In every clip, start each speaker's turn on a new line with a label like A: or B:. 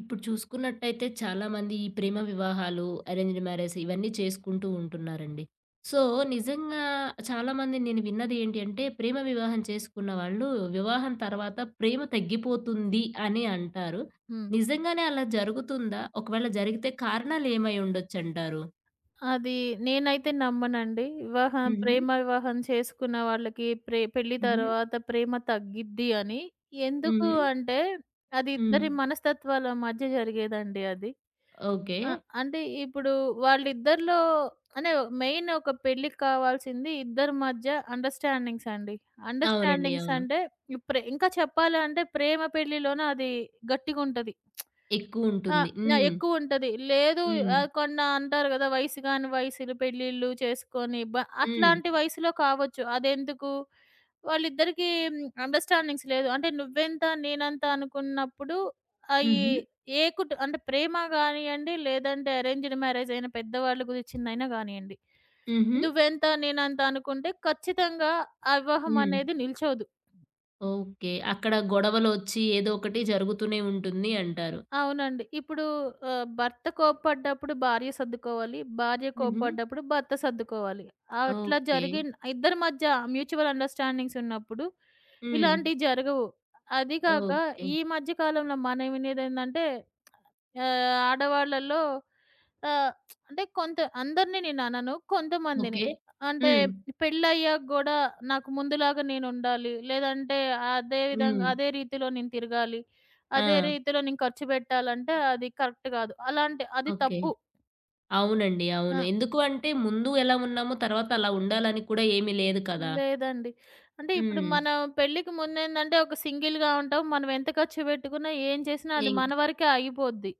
A: ఇప్పుడు చూసుకున్నట్టయితే చాలామంది ఈ ప్రేమ వివాహాలు, అరేంజ్డ్ మ్యారేజ్ ఇవన్నీ చేసుకుంటూ ఉంటున్నారండి. సో, నిజంగా చాలామంది నేను విన్నది ఏంటి అంటే, ప్రేమ వివాహం చేసుకున్న వాళ్ళు వివాహం తర్వాత ప్రేమ తగ్గిపోతుంది అని అంటారు.
B: హ్మ్.
A: నిజంగానే అలా జరుగుతుందా? ఒకవేళ జరిగితే కారణాలు ఏమై ఉండొచ్చంటారు?
B: అది నేనైతే నమ్మనండి.
A: హుహు.
B: ప్రేమ వివాహం చేసుకున్న వాళ్ళకి పెళ్లి
A: హుహు.
B: తర్వాత ప్రేమ తగ్గిద్ది అని. ఎందుకు
A: హుహు.
B: అంటే అది
A: హ్మ్.
B: ఇద్దరి మనస్తత్వాల మధ్య జరిగేదండి అది.
A: ఓకే.
B: ఆ! అంటే ఇప్పుడు వాళ్ళిద్దరిలో అంటే మెయిన్ ఒక పెళ్ళికి కావాల్సింది ఇద్దరి మధ్య అండర్‌స్టాండింగ్స్ అండి.
A: అవునండి.
B: అండర్‌స్టాండింగ్స్
A: అవును.
B: అంటే ఇప్పుడే ఇంకా చెప్పాలంటే ప్రేమ పెళ్ళిలోనే అది గట్టిగుంటది. ఆ!
A: ఎక్కువుంటుంది.
B: నా
A: హ్మ్.
B: ఎక్కువుంటది. లేదు,
A: హ్మ్.
B: కొన్న అంటారు గదా! వయసులు పెళ్ళిళ్ళు చేసుకొని
A: హ్మ్.
B: అట్లాంటి వయసులో కావచ్చు. అదెందుకు? వాళ్ళిద్దరికీ హ్మ్, అండర్‌స్టాండింగ్స్ లేదు. అంటే నువ్వెంత, నేనంత అనుకున్నప్పుడు అయి
A: హుహు.
B: ఏ కుటు అంటే ప్రేమ గానియ్యండి, లేదంటే అరేంజ్డ్ మ్యారేజ్ అయిన పెద్దవాళ్ళ గురించిందైనా గానియ్యండి.
A: హుహు.
B: నువ్వెంత, నేనంత అనుకుంటే ఖచ్చితంగా ఆ వివాహం
A: హ్మ్.
B: అనేది నిల్చోదు.
A: ఓకే. అక్కడ గొడవలొచ్చి ఏదో ఒకటి జరుగుతూనే ఉంటుంది అంటారు.
B: అవునండి. ఇప్పుడు భర్త కోప్పడ్డప్పుడు భార్య సర్దుకోవాలి. భార్య
A: హుహు.
B: కోప్పడ్డప్పుడు భర్త సర్దుకోవాలి. అట్లా
A: ఓకే.
B: జరిగిన్ ఇద్దరి మధ్య మ్యూచువల్ అండర్‌స్టాండింగ్స్ ఉన్నప్పుడు
A: హ్మ్.
B: ఇలాంటివి జరగవు. అది కాక
A: ఓకే.
B: ఈ మధ్య కాలంలో మనం వినేదేందంటే ఆడవాళ్ళలో ఆహ్, అంటే కొంత అందరిని నేననను. కొంతమందిని.
A: ఓకే.
B: అంటే
A: హ్మ్.
B: పెళ్ళయ్యాక గూడా నాకు ముందులాగా నేనుండాలి. లేదంటే అదే విధంగా
A: హ్మ్.
B: అదే రీతిలో నేను తిరగాలి.
A: ఆ!
B: అదే రీతిలో నేను ఖర్చు పెట్టాలంటే అది కరెక్ట్ గాదు. అలాంటి అది
A: ఓకే.
B: తప్పు.
A: అవునండి. అవును.
B: ఆ!
A: ఎందుకు అంటే ముందు ఎలా ఉన్నామో తర్వాత అలా ఉండాలని కూడా ఏమీ లేదు కదా!
B: లేదండి. అంటే ఇప్పుడు
A: హ్మ్.
B: మన పెళ్ళికి ముందేందంటే ఒక సింగిల్‌గా ఉంటాం. మనం ఎంత ఖర్చు పెట్టుకున్నా, ఏం చేసినా అది
A: ఇంక్
B: మన వరకే ఆగిపోద్ది.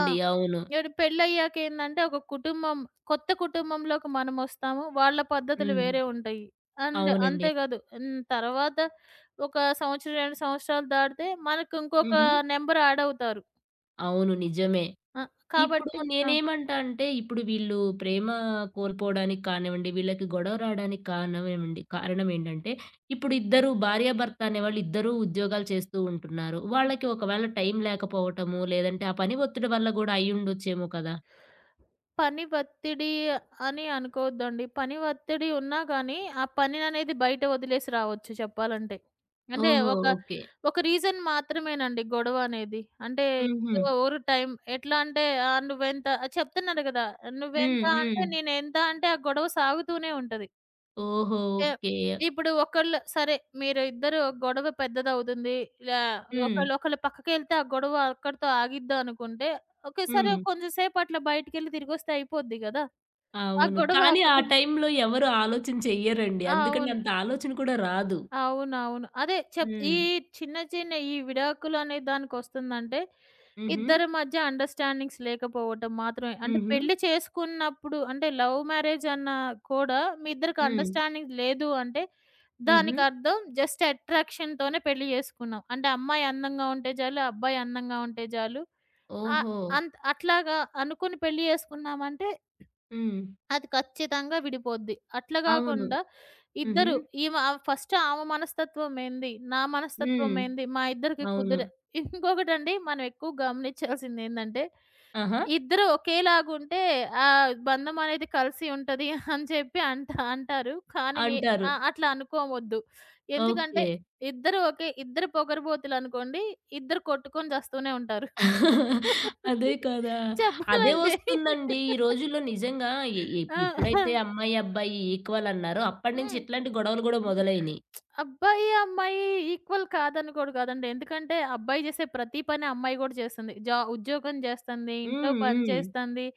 B: ఆ!
A: అవును.
B: ఇప్పుడు పెళ్ళయ్యాక ఏందంటే ఒక కుటుంబం కొత్త కుటుంబంలోకి మనమొస్తాము. వాళ్ళ పద్ధతులు
A: హ్మ్.
B: వేరే ఉంటాయి. అండ్
A: అవునండి.
B: అంతేకాదు హ్మ్. తర్వాత ఒక సంవత్సరం, 2 సంవత్సరాలు దాటితే మనకు ఇంకొక
A: హుహు.
B: నంబర్ యాడ్ అవుతారు.
A: అవును. నిజమే.
B: ఆ!
A: ఇప్పుడు
B: కాబట్టి ఆ!
A: నేనేమంటా అంటే, ఇప్పుడు వీళ్ళు ప్రేమ కోల్పోవడానికి కానివ్వండి, వీళ్ళకి గొడవ రావడానికి కారణమేమండి కారణమేంటంటే, ఇప్పుడు ఇద్దరు భార్యాభర్త అనేవాళ్ళు ఇద్దరూ ఉద్యోగాలు చేస్తూ ఉంటున్నారు. వాళ్ళకి ఒకవేళ టైం లేకపోవటము, లేదంటే ఆ పని ఒత్తిడి వల్ల గూడా అయ్యుండొచ్చేమో కదా!
B: పని ఒత్తిడి అని అనుకోవద్దండి. పని ఒత్తిడి ఉన్నా గానీ, ఆ పనిననేది బయట వదిలేసి రావచ్చు చెప్పాలంటే. అంటే
A: ఓహో!
B: ఒక,
A: ఓకే.
B: ఒక రీజన్ మాత్రమేనండి గొడవ అనేది. అంటే
A: హుహు.
B: ఏదో ఓవర్ టైం ఎట్లా అంటే నువ్వెంత చెప్తున్నారు గదా!
A: హ్మ్.
B: నువ్వెంత అంటే
A: హ్మ్.
B: నేనెంత అంటే ఆ గొడవ సాగుతూనే ఉంటది.
A: ఓహో!
B: ఏ
A: ఓకే.
B: ఇప్పుడు ఒకళ్ళు సరే, మీరు ఇద్దరు గొడవ పెద్దదవుతుంది. లా
A: హ్మ్.
B: ఒకళ్ళు పక్కకెళ్తే ఆ గొడవ అక్కడితో ఆగిద్దనుకుంటే, ఓకే. సరే
A: హ్మ్.
B: కొంచెం సేపు అట్లా బయటికెళ్ళి తిరిగొస్తే అయిపోద్ది గదా! ఆ
A: అవును.
B: గొడవ
A: కానీ
B: అక్కడ
A: ఆ టైంలో ఎవరు ఆలోచన చెయ్యరండి. అందుకని
B: అవును.
A: అంత ఆలోచన కూడా రాదు.
B: అవునవును. అదే చెప్ ఈ
A: హ్మ్.
B: చిన్న చిన్న ఈ విడాకులనే దానికొస్తుందంటే,
A: హుహు.
B: ఇద్దరి మధ్య అండర్‌స్టాండింగ్స్ లేకపోవటం మాత్రమే. అంటే
A: హుహు.
B: పెళ్లి చేసుకున్నప్పుడు అంటే లవ్ మ్యారేజ్ అన్నా కూడా మీ ఇద్దరికి
A: హ్మ్.
B: అండర్‌స్టాండింగ్ లేదు అంటే,
A: హుహు.
B: దానికర్థం జస్ట్ అట్రాక్షన్‌తోనే పెళ్లి చేసుకున్నాం. అంటే అమ్మాయి అందంగా ఉంటే చాలు, అబ్బాయి అందంగా ఉంటే చాలు. ఆహ్,
A: ఓహో!
B: అట్లాగా అనుకుని పెళ్లి చేసుకున్నామంటే
A: హ్మ్.
B: అది ఖచ్చితంగా విడిపోద్ది. అట్లా
A: అవును.
B: గాకుండా
A: హుహు.
B: ఇద్దరు ఈమె ఫస్ట్ ఆమె మనస్తత్వం ఏంది? నా మనస్తత్వం
A: హ్మ్.
B: ఏంది? మా ఇద్దరికి
A: అవును.
B: కుదిరే ఇంకొకటండి మనం ఎక్కువ గమనించాల్సిందేందంటే,
A: ఆహా!
B: ఇద్దరు ఒకేలాగుంటే ఆ బంధం అనేది కలిసి ఉంటది అని చెప్పి అంటారు. కానీ నే
A: అంటారు.
B: ఆ! అట్లా అనుకోవద్దు. ఎందుకంటే
A: ఓకే.
B: ఇద్దరు పొగరుబోతులనుకోండి, ఇద్దరు కొట్టుకొని చస్తూనే ఉంటారు.
A: అదే కదా! అదే
B: చెప్పాలంటే
A: వస్తుందండి. ఈ రోజుల్లో నిజంగా ఎ ఎ
B: ఆ!
A: ఎప్పుడైతే అమ్మాయి, అబ్బాయి ఈక్వల్ అన్నారో అప్పటినుంచి
B: హ్మ్.
A: ఇట్లాంటి గొడవలు గూడా
B: హ్మ్.
A: మొదలైనయి.
B: అబ్బాయి, అమ్మాయి ఈక్వల్ కాదని కూడా కాదండి. ఎందుకంటే అబ్బాయి చేసే ప్రతి పని అమ్మాయి కూడా చేస్తుంది. ఉద్యోగం చేస్తుంది, ఇంట్లో
A: హ్మ్.
B: పని
A: హ్మ్.
B: చేస్తుంది.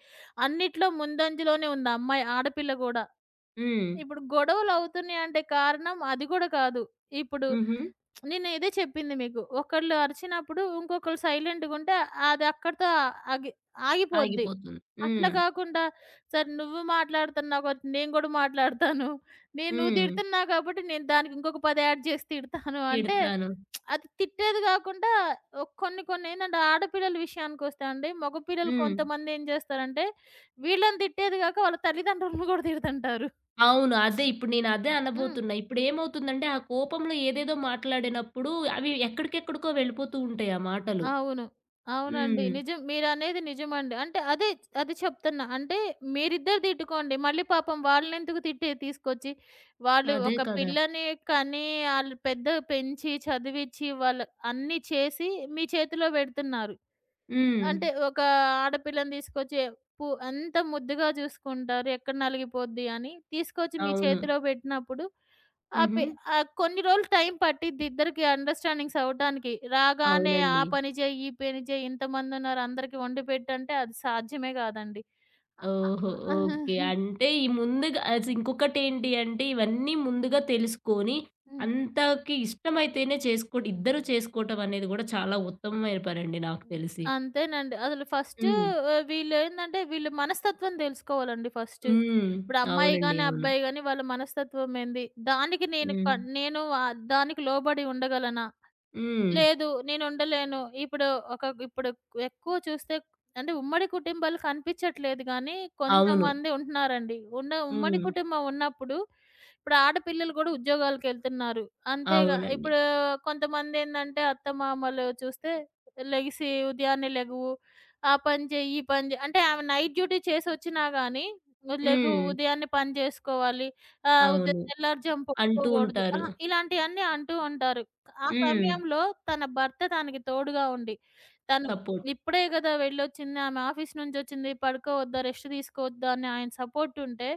B: అన్నిట్లో ముందంజలోనే ఉంది అమ్మాయి ఆడపిల్ల కూడా.
A: హ్మ్.
B: ఇప్పుడు గొడవలవుతున్నాయి అంటే కారణం అది గూడా కాదు. ఇప్పుడు
A: హుహు.
B: నేను ఇదే చెప్పింది మీకు. ఒకళ్ళు అరిచినప్పుడు ఇంకొకళ్ళు సైలెంట్‌గుంటే అది అక్కడితో ఆగి ఆగిపోద్ది.
A: ఆగిపోతుంది.
B: అట్లా
A: హ్మ్.
B: కాకుండా సరే నువ్వు మాట్లాడుతున్నావు కాబట్టి నేను గూడా మాట్లాడతాను. నువ్వు
A: హ్మ్.
B: తిడుతున్నావు కాబట్టి నేను దానికి ఇంకొక 10 యాడ్ చేసి తిడతాను అంటే
A: తిడతాను.
B: అది తిట్టేది గాకుండా కొన్ని కొన్ని ఏంటంటే ఆడపిల్లల విషయానికొస్తే అండి మగపిల్లలు
A: హ్మ్.
B: కొంతమంది ఏం చేస్తారంటే వీళ్ళని తిట్టేది గాక వాళ్ళ తల్లిదండ్రులను గూడా తిడుతుంటారు.
A: అవును. అదే ఇప్పుడు నేను అదే
B: హ్మ్.
A: అనబోతున్నా. ఇప్పుడేమవుతుందంటే ఆ కోపంలో ఏదేదో మాట్లాడినప్పుడు అవి ఎక్కడికెక్కడికో వెళ్ళిపోతూ ఉంటాయి ఆ మాటలు.
B: అవును. అవునండి.
A: హ్మ్.
B: నిజం. మీరనేది నిజమండి. అంటే అదే అది చెప్తున్నా. అంటే మీరిద్దరు తిట్టుకోండి. మళ్ళీ పాపం వాళ్ళనెందుకు తిట్టి తీసుకొచ్చి, వాళ్ళు
A: అదే
B: ఒక
A: కదా!
B: పిల్లని కని, ఆళ్ళు పెంచి, చదివిచ్చి, వాళ్ళు అన్నీ చేసి మీ చేతిలో పెడుతున్నారు.
A: హ్మ్.
B: అంటే ఒక ఆడపిల్లని తీసుకొచ్చి ఎంత ముద్దుగా చూసుకుంటారు. ఎక్కడ నలిగిపోద్ది అని. తీసుకొచ్చి మీ
A: అవును.
B: చేతిలో పెట్టినప్పుడు ఆ
A: హుహు.
B: పి కొన్ని రోజులు టైం పట్టిద్ది ఇద్దరికి అండర్‌స్టాండింగ్స్ అవ్వటానికి. రాగానే ఆ
A: అవునండి.
B: పని చేయి, ఈ పని చేయి, ఇంతమందున్నారు అందరికి వండి పెట్టంటే అది సాధ్యమే కాదండి.
A: ఓహో! ఓకే. అంటే ఈ ముందుగా అసలు ఇంకొకటేంటి అంటే ఇవన్నీ ముందుగా తెలుసుకొని
B: హ్మ్.
A: అంతకి ఇష్టమైతేనే చేసుకోవడం ఇద్దరు చేసుకోవటం అనేది గూడా చాలా ఉత్తమమైన పనండి నాకు తెలిసి.
B: అంతేనండి. అసలు ఫస్టు
A: హ్మ్.
B: వీళ్ళు మనస్తత్వం దెలుసుకోవాలండి ఫస్టు.
A: హ్మ్.
B: ఇప్పుడు అమ్మాయి
A: అవునండి.
B: గాని,
A: అవును.
B: అబ్బాయి గాని వాళ్ళ మనస్తత్వం ఏంది? దానికి నేను
A: హ్మ్.
B: కన్ నేను దానికి లోబడి ఉండగలనా?
A: హ్మ్.
B: లేదు. నేనుండలేను. ఇప్పుడు ఒక ఇప్పుడు ఎక్కువ చూస్తే అంటే ఉమ్మడి కుటుంబాలు కనిపిచ్చట్లేదు గానీ,
A: అవును.
B: కొంతమంది ఉంటున్నారండి. ఉమ్మడి
A: హ్మ్.
B: కుటుంబం ఉన్నప్పుడు, ఇప్పుడు ఆడపిల్లలు గూడా ఉద్యోగాలకెళ్తున్నారు. అంతేగా
A: అవునండి.
B: ఇప్పుడు కొంతమందేందంటే అత్తమామలు చూస్తే లెగిసి ఉదయాన్నే లెగువు, ఆ పని చెయ్యి, ఈ పని చెయ్యి అంటే ఆమె నైట్ డ్యూటీ చేసొచ్చినా గానీ,
A: హ్మ్.
B: ఉదయాన్నే పని జేసుకోవాలి.
A: అవును.
B: తెల్లారుజాము
A: అంటూ
B: పడుకోగూడదు. ఆ!
A: ఉంటారు.
B: ఇలాంటియన్నీ అంటూ ఉంటారు. ఆ
A: హ్మ్.
B: సమయంలో తన భర్త తనకి తోడుగా ఉండి, తను
A: సపోర్ట్.
B: ఇప్పుడే గదా వెళ్ళొచ్చింది. ఆమె ఆఫీస్ నుంచొచ్చింది. పడుకోవద్దా, రెస్ట్ తీసుకోవద్దా అని ఆయన సపోర్ట్ ఉంటే,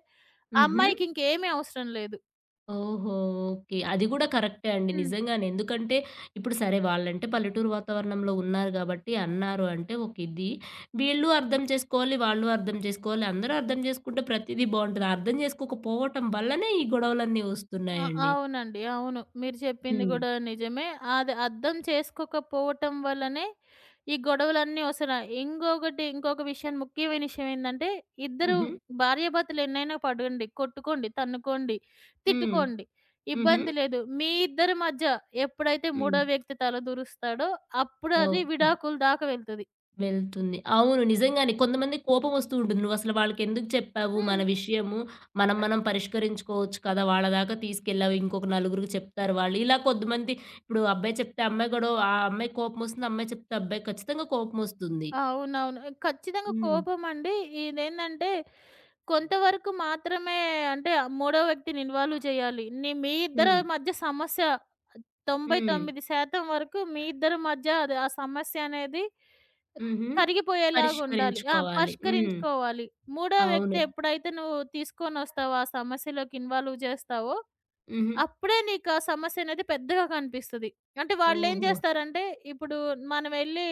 B: ఆ
A: హుహు.
B: అమ్మాయికి ఇంకేమీ అవసరం లేదు.
A: ఓహో! ఓకే. అది గూడా కరెక్టే అండి.
B: హ్మ్.
A: నిజంగానే. ఎందుకంటే ఇప్పుడు సరే వాళ్ళంటే పల్లెటూరు వాతావరణంలో ఉన్నారు గాబట్టి అన్నారు అంటే ఒక ఇది. వీళ్ళు అర్థం చేసుకోవాలి, వాళ్ళు అర్థం చేసుకోవాలి. అందరూ అర్థం చేసుకుంటే ప్రతీదీ బావుంటది. అర్థం చేసుకోకపోవటం వల్లనే ఈ గొడవలన్నీ
B: ఆ!
A: వస్తున్నాయండి.
B: అవునండి. అవును. మీరు చెప్పింది
A: హ్మ్.
B: గూడా నిజమే. అది అర్థం చేసుకోకపోవటం వల్లనే ఈ గొడవలన్నీ ఒస్తున్నాయి. ఇంకొక విషయం ముఖ్యమైన విషయం ఏందంటే, ఇద్దరు
A: హుహు.
B: భార్యాభర్తలు ఎన్నైనా పడండి, కొట్టుకోండి, తన్నుకోండి,
A: హ్మ్.
B: తిట్టుకోండి.
A: హుహు.
B: ఇబ్బంది లేదు. మీ ఇద్దరి మధ్య ఎప్పుడైతే
A: హ్మ్.
B: మూడో వ్యక్తి తలదూరుస్తాడో, అప్పుడు అది
A: ఓకే.
B: విడాకుల దాకా వెళ్తది.
A: వెళ్తుంది. అవును. నిజంగానే కొంతమందికి కోపమొస్తూ ఉంటుంది. నువ్వసలు వాళ్ళకెందుకు చెప్పావు మన
B: హ్మ్.
A: విషయము? మనం మనం పరిష్కరించుకోవచ్చు కదా! వాళ్ళ దాకా తీసుకెళ్ళావు. ఇంకొక నలుగురికి చెప్తారు వాళ్ళు. ఇలా కొద్దిమంది ఇప్పుడు అబ్బాయి చెప్తే అమ్మాయి గూడా ఆ అమ్మాయికి కోపమొస్తుంది. అమ్మాయి చెప్తే అబ్బాయికి ఖచ్చితంగా కోపమొస్తుంది.
B: అవునవును. ఖచ్చితంగా
A: హ్మ్.
B: కోపమండి. ఇదేందంటే కొంతవరకు మాత్రమే అంటే మూడో వ్యక్తిని ఇన్వాల్వ్ చేయాలి. మీ ఇద్దరి
A: హ్మ్.
B: మధ్య సమస్య
A: హ్మ్.
B: 99% వరకు మీ ఇద్దరి మధ్య అది ఆ సమస్య అనేది
A: హుహు.
B: కరిగిపోయేలాగా ఉండాలి. ఆ!
A: పరిష్కరించుకోవాలి. హ్మ్.
B: పరిష్కరించుకోవాలి. మూడో
A: అవును.
B: వ్యక్తి ఎప్పుడైతే నువ్వు తీసుకొనొస్తావో, ఆ సమస్యలోకి ఇన్వాల్వ్ చేస్తావో
A: హుహు.
B: అప్పుడే నీకా సమస్య అనేది పెద్దగా కనిపిస్తది. అంటే వాళ్ళేం
A: ఓహో!
B: జేస్తారంటే, ఇప్పుడు మనం వెళ్లి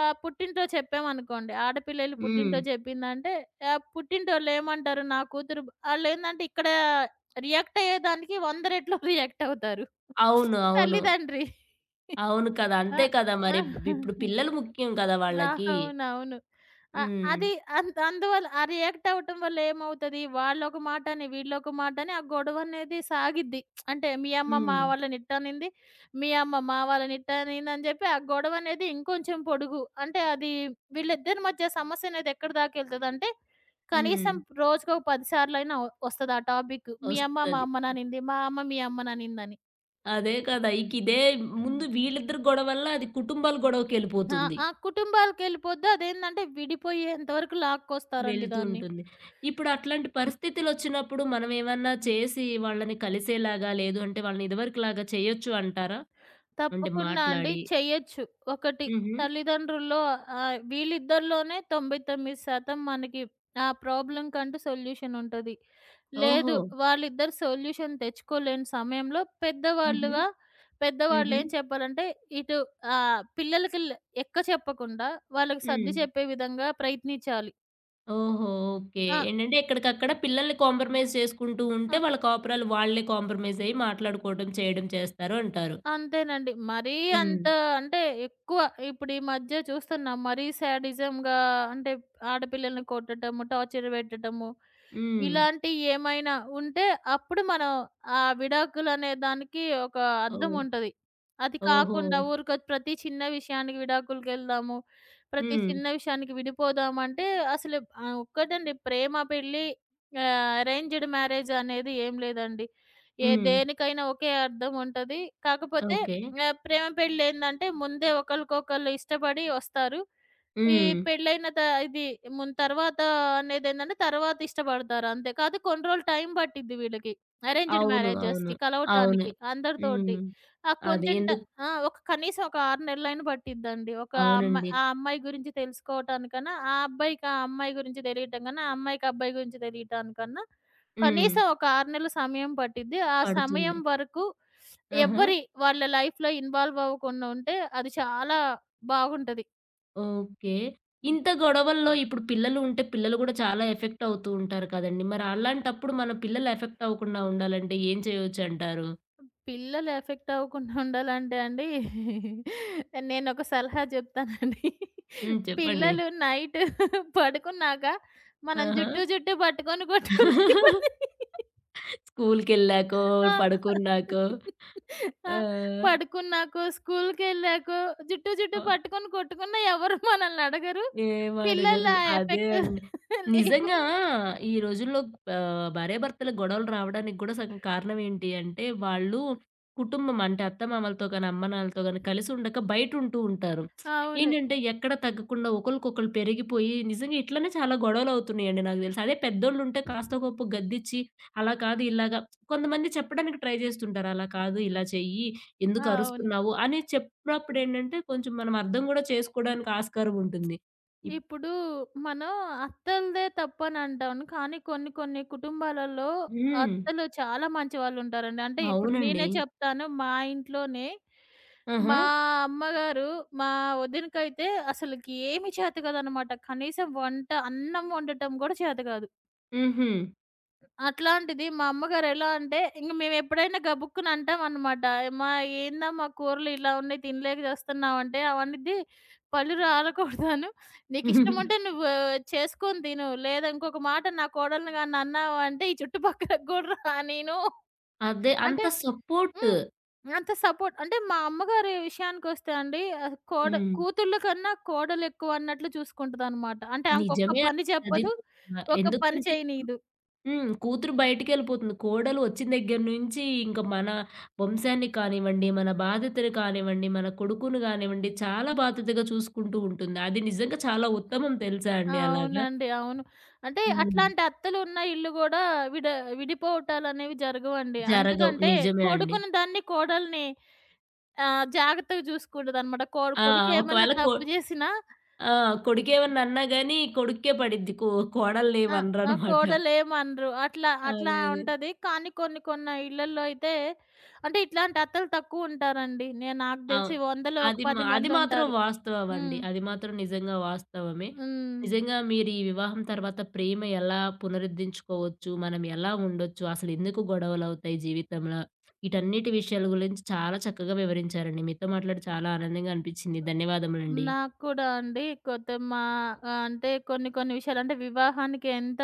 B: పుట్టింటో చెప్పామనుకోండి. ఆడపిల్లలు
A: హ్మ్.
B: పుట్టింటో చెప్పిందంటే, పుట్టింటోళ్ళేమంటారు నా కూతురు ఇక్కడ రియాక్ట్ అయ్యేదానికి 100 రెట్లు రియాక్ట్ అవుతారు.
A: అవును. అవును.
B: తల్లిదండ్రి.
A: అవును కదా!
B: ఆ!
A: అంతే కదా!
B: ఆ!
A: మరి. ఇప్పుడు పిల్లలు ముఖ్యం కదా!
B: ఆ!
A: వాళ్ళకి.
B: అవునవును. అ
A: హ్మ్.
B: అది అంత్ అందువల్ల ఆ రియాక్ట్ అవ్వటం వల్ల ఏమవుతది, వాళ్ళొక మాటని, వీళ్ళొక మాటని ఆ గొడవనేది సాగిద్ది. అంటే మీ అమ్మ మా
A: హ్మ్.
B: వాళ్ళని ఇట్టనింది, మీ అమ్మ మా వాళ్ళని ఇట్టనిందని చెప్పి ఆ గొడవనేది ఇంకొంచెం పొడుగు. అంటే అది వీళ్ళిద్దరి మధ్య సమస్యనేది ఎక్కడి దాకెళ్తదంటే,
A: హ్మ్.
B: కనీసం రోజుకొక 10 సార్లైనా వస్తది ఆ టాపిక్. మీ అమ్మ మా
A: ఒస్తది.
B: అమ్మననింది, మా అమ్మ మీ అమ్మననిందని.
A: అదే కదా! ఇక ఇదే ముందు వీళ్ళిద్దరి గొడవ వల్ల అది కుటుంబాల
B: ఆ!
A: గొడవకెళ్ళిపోతుంది.
B: ఆ కుటుంబాలకెళ్ళిపోద్ది. అదేందంటే విడిపోయేంత వరకు లాక్కొస్తారండి
A: వెళ్తూ
B: దాన్ని.
A: ఉంటుంది. ఇప్పుడు అట్లాంటి పరిస్థితులొచ్చినప్పుడు మనం ఏమన్నా చేసి వాళ్ళని కలిసేలాగా, లేదు అంటే వాళ్ళని ఇదివరకులాగా చేయొచ్చు అంటారా? అంటే
B: తప్పకుండా అండి
A: మాట్లాడి.
B: చెయ్యొచ్చు. ఒకటి
A: హుహు.
B: తల్లిదండ్రుల్లో వీళ్ళిద్దరిలోనే 99% మనకి ఆ ప్రాబ్లమ్‌కంటూ సొల్యూషన్ ఉంటది. లేదు,
A: ఓహో!
B: వాళ్ళిద్దరు సొల్యూషన్ తెచ్చుకోలేని సమయంలో
A: హుహు.
B: పెద్దవాళ్ళుగా
A: హుహు.
B: పెద్దవాళ్ళేం చెప్పాలంటే ఇటు పిల్లలకి ల్ ఎక్క చెప్పకుండా వాళ్ళకి సర్ది
A: హ్మ్.
B: చెప్పే విధంగా ప్రయత్నించాలి.
A: ఓహో! ఓకే.
B: ఆ!
A: ఏంటంటే ఎక్కడికక్కడ పిల్లల్ని కాంప్రమైజ్ చేసుకుంటూ
B: ఆ!
A: ఉంటే వాళ్ళ కాపురాలు వాళ్ళే కాంప్రమైజ్ అయ్యి మాట్లాడుకోవడం, చేయడం చేస్తారు అంటారు.
B: అంతేనండి. మరీ
A: హ్మ్.
B: అంత అంటే ఎక్కువ ఇప్పుడు ఈ మధ్య చూస్తున్నాం. మరీ శాడిజంగా అంటే ఆడపిల్లల్ని కొట్టటము, టార్చర్ పెట్టటము,
A: హ్మ్.
B: ఇలాంటియి ఏమైనా ఉంటే అప్పుడు మనం ఆ విడాకులనే దానికి ఒక అర్థం
A: ఓహ్!
B: ఉంటది. అది
A: ఓహో!
B: కాకుండా ఊరికే ప్రతి చిన్న విషయానికి విడాకులకెళ్దాము, ప్రతి
A: హ్మ్.
B: చిన్న విషయానికి విడిపోదామంటే అసలు ఒక్కటండి ప్రేమ పెళ్లి అరేంజ్డ్ మ్యారేజ్ అనేది ఏం లేదండి. ఏ
A: హ్మ్.
B: దేనికైనా ఒకే అర్థం ఉంటది. కాకపోతే
A: ఓకే.
B: ప్రేమ పెళ్లి ఏందంటే ముందే ఒకళ్ళకొకళ్ళు ఇష్టపడి వస్తారు. ఈ
A: హ్మ్.
B: పెళ్ళైన త ఇది మున్ తర్వాత అనేదేంటంటే తర్వాత ఇష్టపడతారు అంతే. కాతే కొన్ని రోజులు టైం పట్టిద్ది వీళ్ళకి. అరేంజ్డ్
A: అవును. అవును.
B: మ్యారేజెస్‌కి
A: అవును.
B: కలవటానికి అందరితోటి.
A: హ్మ్.
B: ఆ
A: అది
B: కొంచెం ట
A: ఎందుకు
B: ఆ! ఒక కనీసం ఒక 6 నెలలైనా పట్టిద్దండి. ఒక అమ్మా
A: అవునండి.
B: ఆ అమ్మాయి గురించి తెలుసుకోవటానికన్నా, ఆ అబ్బాయికి ఆ అమ్మాయి గురించి తెలియటం కన్నా, ఆ అమ్మాయికి అబ్బాయి గురించి తెలియటానికన్నా
A: హ్మ్.
B: కనీసం ఒక 6 నెలల సమయం పట్టిద్ది. ఆ
A: పడుతుంది.
B: సమయం వరకు
A: ఆహా!
B: ఎవ్వరి వాళ్ళ లైఫ్‌లో ఇన్వాల్వ్ అవ్వకుండా ఉంటే అది చాలా బాగుంటది.
A: ఓకే.
B: హ్మ్.
A: ఇంత గొడవల్లో ఇప్పుడు పిల్లలు ఉంటే పిల్లలు గూడా చాలా ఎఫెక్ట్ అవుతూ ఉంటారు కదండీ! మరి అలాంటప్పుడు మన పిల్లలు ఎఫెక్ట్ అవ్వకుండా ఉండాలంటే ఏం చేయొచ్చంటారు?
B: పిల్లలు ఎఫెక్ట్ అవ్వకుండా ఉండాలంటే అండి, నేనొక సలహా చెప్తానండి.
A: హ్మ్. చెప్పండి.
B: పిల్లలు నైట్ పడుకున్నాక మనం
A: ఆహా!
B: జుట్టు జుట్టు పట్టుకొని కొట్టుకునేది పని.
A: స్కూలుకెళ్ళాకో,
B: ఆ!
A: పడుకున్నాకో.
B: ఆ!
A: ఆ!
B: పడుకున్నాకో, స్కూలుకెళ్ళాకో జుట్టు జుట్టు
A: ఆ!
B: పట్టుకొని కొట్టుకున్నా ఎవరు మనల్ని అడగరు. పిల్లల
A: ఏమడగరు. అదే
B: ఎఫెక్ట్
A: అండి.
B: లేవు.
A: నిజంగా ఈ రోజుల్లో భార్యాభర్తల గొడవలు రావడానికి గూడా సగం కారణం ఏంటి అంటే, వాళ్ళు కుటుంబం అంటే అత్తమామలతో గాని, అమ్మనాన్నలతో గాని కలిసి ఉండక బయటుంటూ ఉంటారు.
B: అవును.
A: ఏంటంటే ఎక్కడ తగ్గకుండా ఒకళ్ళకొకళ్ళు పెరిగిపోయి నిజంగా ఇట్లనే చాలా గొడవలవుతున్నాయండి నాకు తెలిసి. అదే పెద్దోళ్ళుంటే కాస్తో గొప్పో గద్దిచ్చి అలా కాదు ఇలాగా కొంతమంది చెప్పడానికి ట్రై చేస్తుంటారు. అలా కాదు ఇలా చెయ్యి, ఎందుకు
B: అవును.
A: అరుస్తున్నావు అని చెప్పినప్పుడేంటంటే కొంచెం మనం అర్థం గూడా చేసుకోవడానికి ఆస్కారం ఉంటుంది. ఇప్
B: ఇప్పుడు మనం అత్తలదే తప్పనంటాను. కానీ కొన్ని కొన్ని కుటుంబాలలో
A: హ్మ్.
B: అత్తలు చాలా మంచివాళ్ళుంటారండి. అంటే ఇప్పుడు
A: అవునండి.
B: నేనే చెప్తాను మా ఇంట్లోనే
A: ఆహా!
B: మా అమ్మగారు, మా వదినకైతే అసలకి ఏమి చేత కాదనమాట. కనీసం వంట, అన్నం వండటం గూడా చేత కాదు.
A: హుహు.
B: అట్లాంటిది మా అమ్మగారు ఎలా అంటే, ఇంక మేమెప్పుడైనా గబుక్కున అంటామనమాట. "అమ్మా, ఏందమ్మా కూరలు ఇలా ఉన్నాయి తినలేక చస్తున్నావు" అంటే, "అవనిద్ది పళ్ళు రాలకూడదను, నీకిష్టముంటే నువ్వు చేసుకొని తిను. లేదా ఇంకొక మాట నా కోడల్ని గాని అన్నావు అంటే ఈ చుట్టుపక్కల గూడా రానీను"
A: అదే అంత
B: అంటే
A: సపోర్ట్.
B: హ్మ్. అంత సపోర్ట్. అంటే మా అమ్మగారి విషయానికొస్తే అండి
A: హ్మ్.
B: కూతుళ్ళ కన్నా కోడలెక్కువ అన్నట్లు చూసుకుంటదనమాట. అంటే ఆమెకొక్క
A: నిజమే
B: పని
A: అండి అది
B: చెప్పదు.
A: కూడా.
B: ఒక పని
A: ఎందుకంటే ఇప్పుడు
B: చేయనీయదు.
A: హ్మ్. కూతురు బయటికెళ్ళిపోతుంది. కోడలు వచ్చిన దగ్గర నుంచి ఇంక మన వంశాన్ని కానివ్వండి, మన బాధ్యతను కానివ్వండి, మన కొడుకుని కానివ్వండి, చాలా బాధ్యతగా చూసుకుంటూ ఉంటుంది. అది నిజంగా చాలా ఉత్తమం తెలుసా అండి అలాగా?
B: అవునండి. అవును. అంటే
A: హ్మ్.
B: అట్లాంటి అత్తలు ఉన్న ఇల్లు గూడా విడ విడిపోవటాలనేవి జరగవండి.
A: జరగవు.
B: ఎందుకంటే
A: నిజమే అండి.
B: కొడుకుని దాన్ని కోడల్ని జాగ్రత్తగా చూసుకుంటదనమాట.
A: ఆ!
B: కొడుకేమన్నా
A: ఒకవేళ కో
B: తప్పు జేసినా
A: ఆ! కొడుకేమన్నా అన్నా గాని కొడుక్కే పడిద్ది. కోడల్ని
B: ఆ! ఆ
A: అనరనమాట.
B: కోడలేమనరు. అట్లా అట్లా
A: అదే. అదే.
B: ఉంటది. కానీ కొన్ని కొన్ని ఇళ్లల్లో అయితే అంటే ఇట్లాంటి అత్తలు తక్కువుంటారండి. నాకు
A: అవును.
B: తెలిసి వందలో ఒక
A: అది మా
B: 10
A: అది మాత్రం
B: మందుంటారు.
A: వాస్తవమండి.
B: హ్మ్.
A: అది మాత్రం నిజంగా వాస్తవమే.
B: హ్మ్.
A: నిజంగా మీరు ఈ వివాహం తర్వాత ప్రేమ ఎలా పునరుద్ధరించుకోవచ్చు? మనం ఎలా ఉండొచ్చు? అసలెందుకు గొడవలవుతాయి జీవితంలో? వీటన్నిటి విషయాల గురించి చాలా చక్కగా వివరించారండి. మీతో మాట్లాడి చాలా ఆనందంగా అనిపించింది. ధన్యవాదములండి.
B: నాకు కూడా అండి. కొత్త మా అంటే కొన్ని కొన్ని విషయాలు అంటే వివాహానికి ఎంత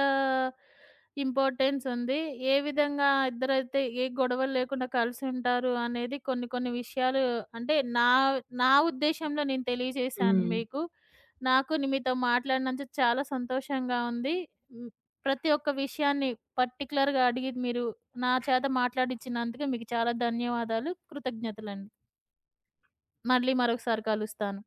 B: ఇంపార్టెన్స్ ఉంది. ఏ విధంగా ఇద్దరైతే ఏ గొడవలు లేకుండా కలిసి ఉంటారు అనేది కొన్ని కొన్ని విషయాలు అంటే నా నా ఉద్దేశంలో నేను తెలియజేశాను
A: హ్మ్.
B: మీకు. నాకు ని మీతో మాట్లాడినందుకు చాలా సంతోషంగా ఉంది. హ్మ్. ప్రతి ఒక్క విషయాన్ని పర్టిక్యులర్‌గా అడిగి మీరు నా చేత మాట్లాడిచ్చినందుకు మీకు చాలా ధన్యవాదాలు. కృతజ్ఞతలండి. మళ్ళీ మరొకసారి కలుస్తాను.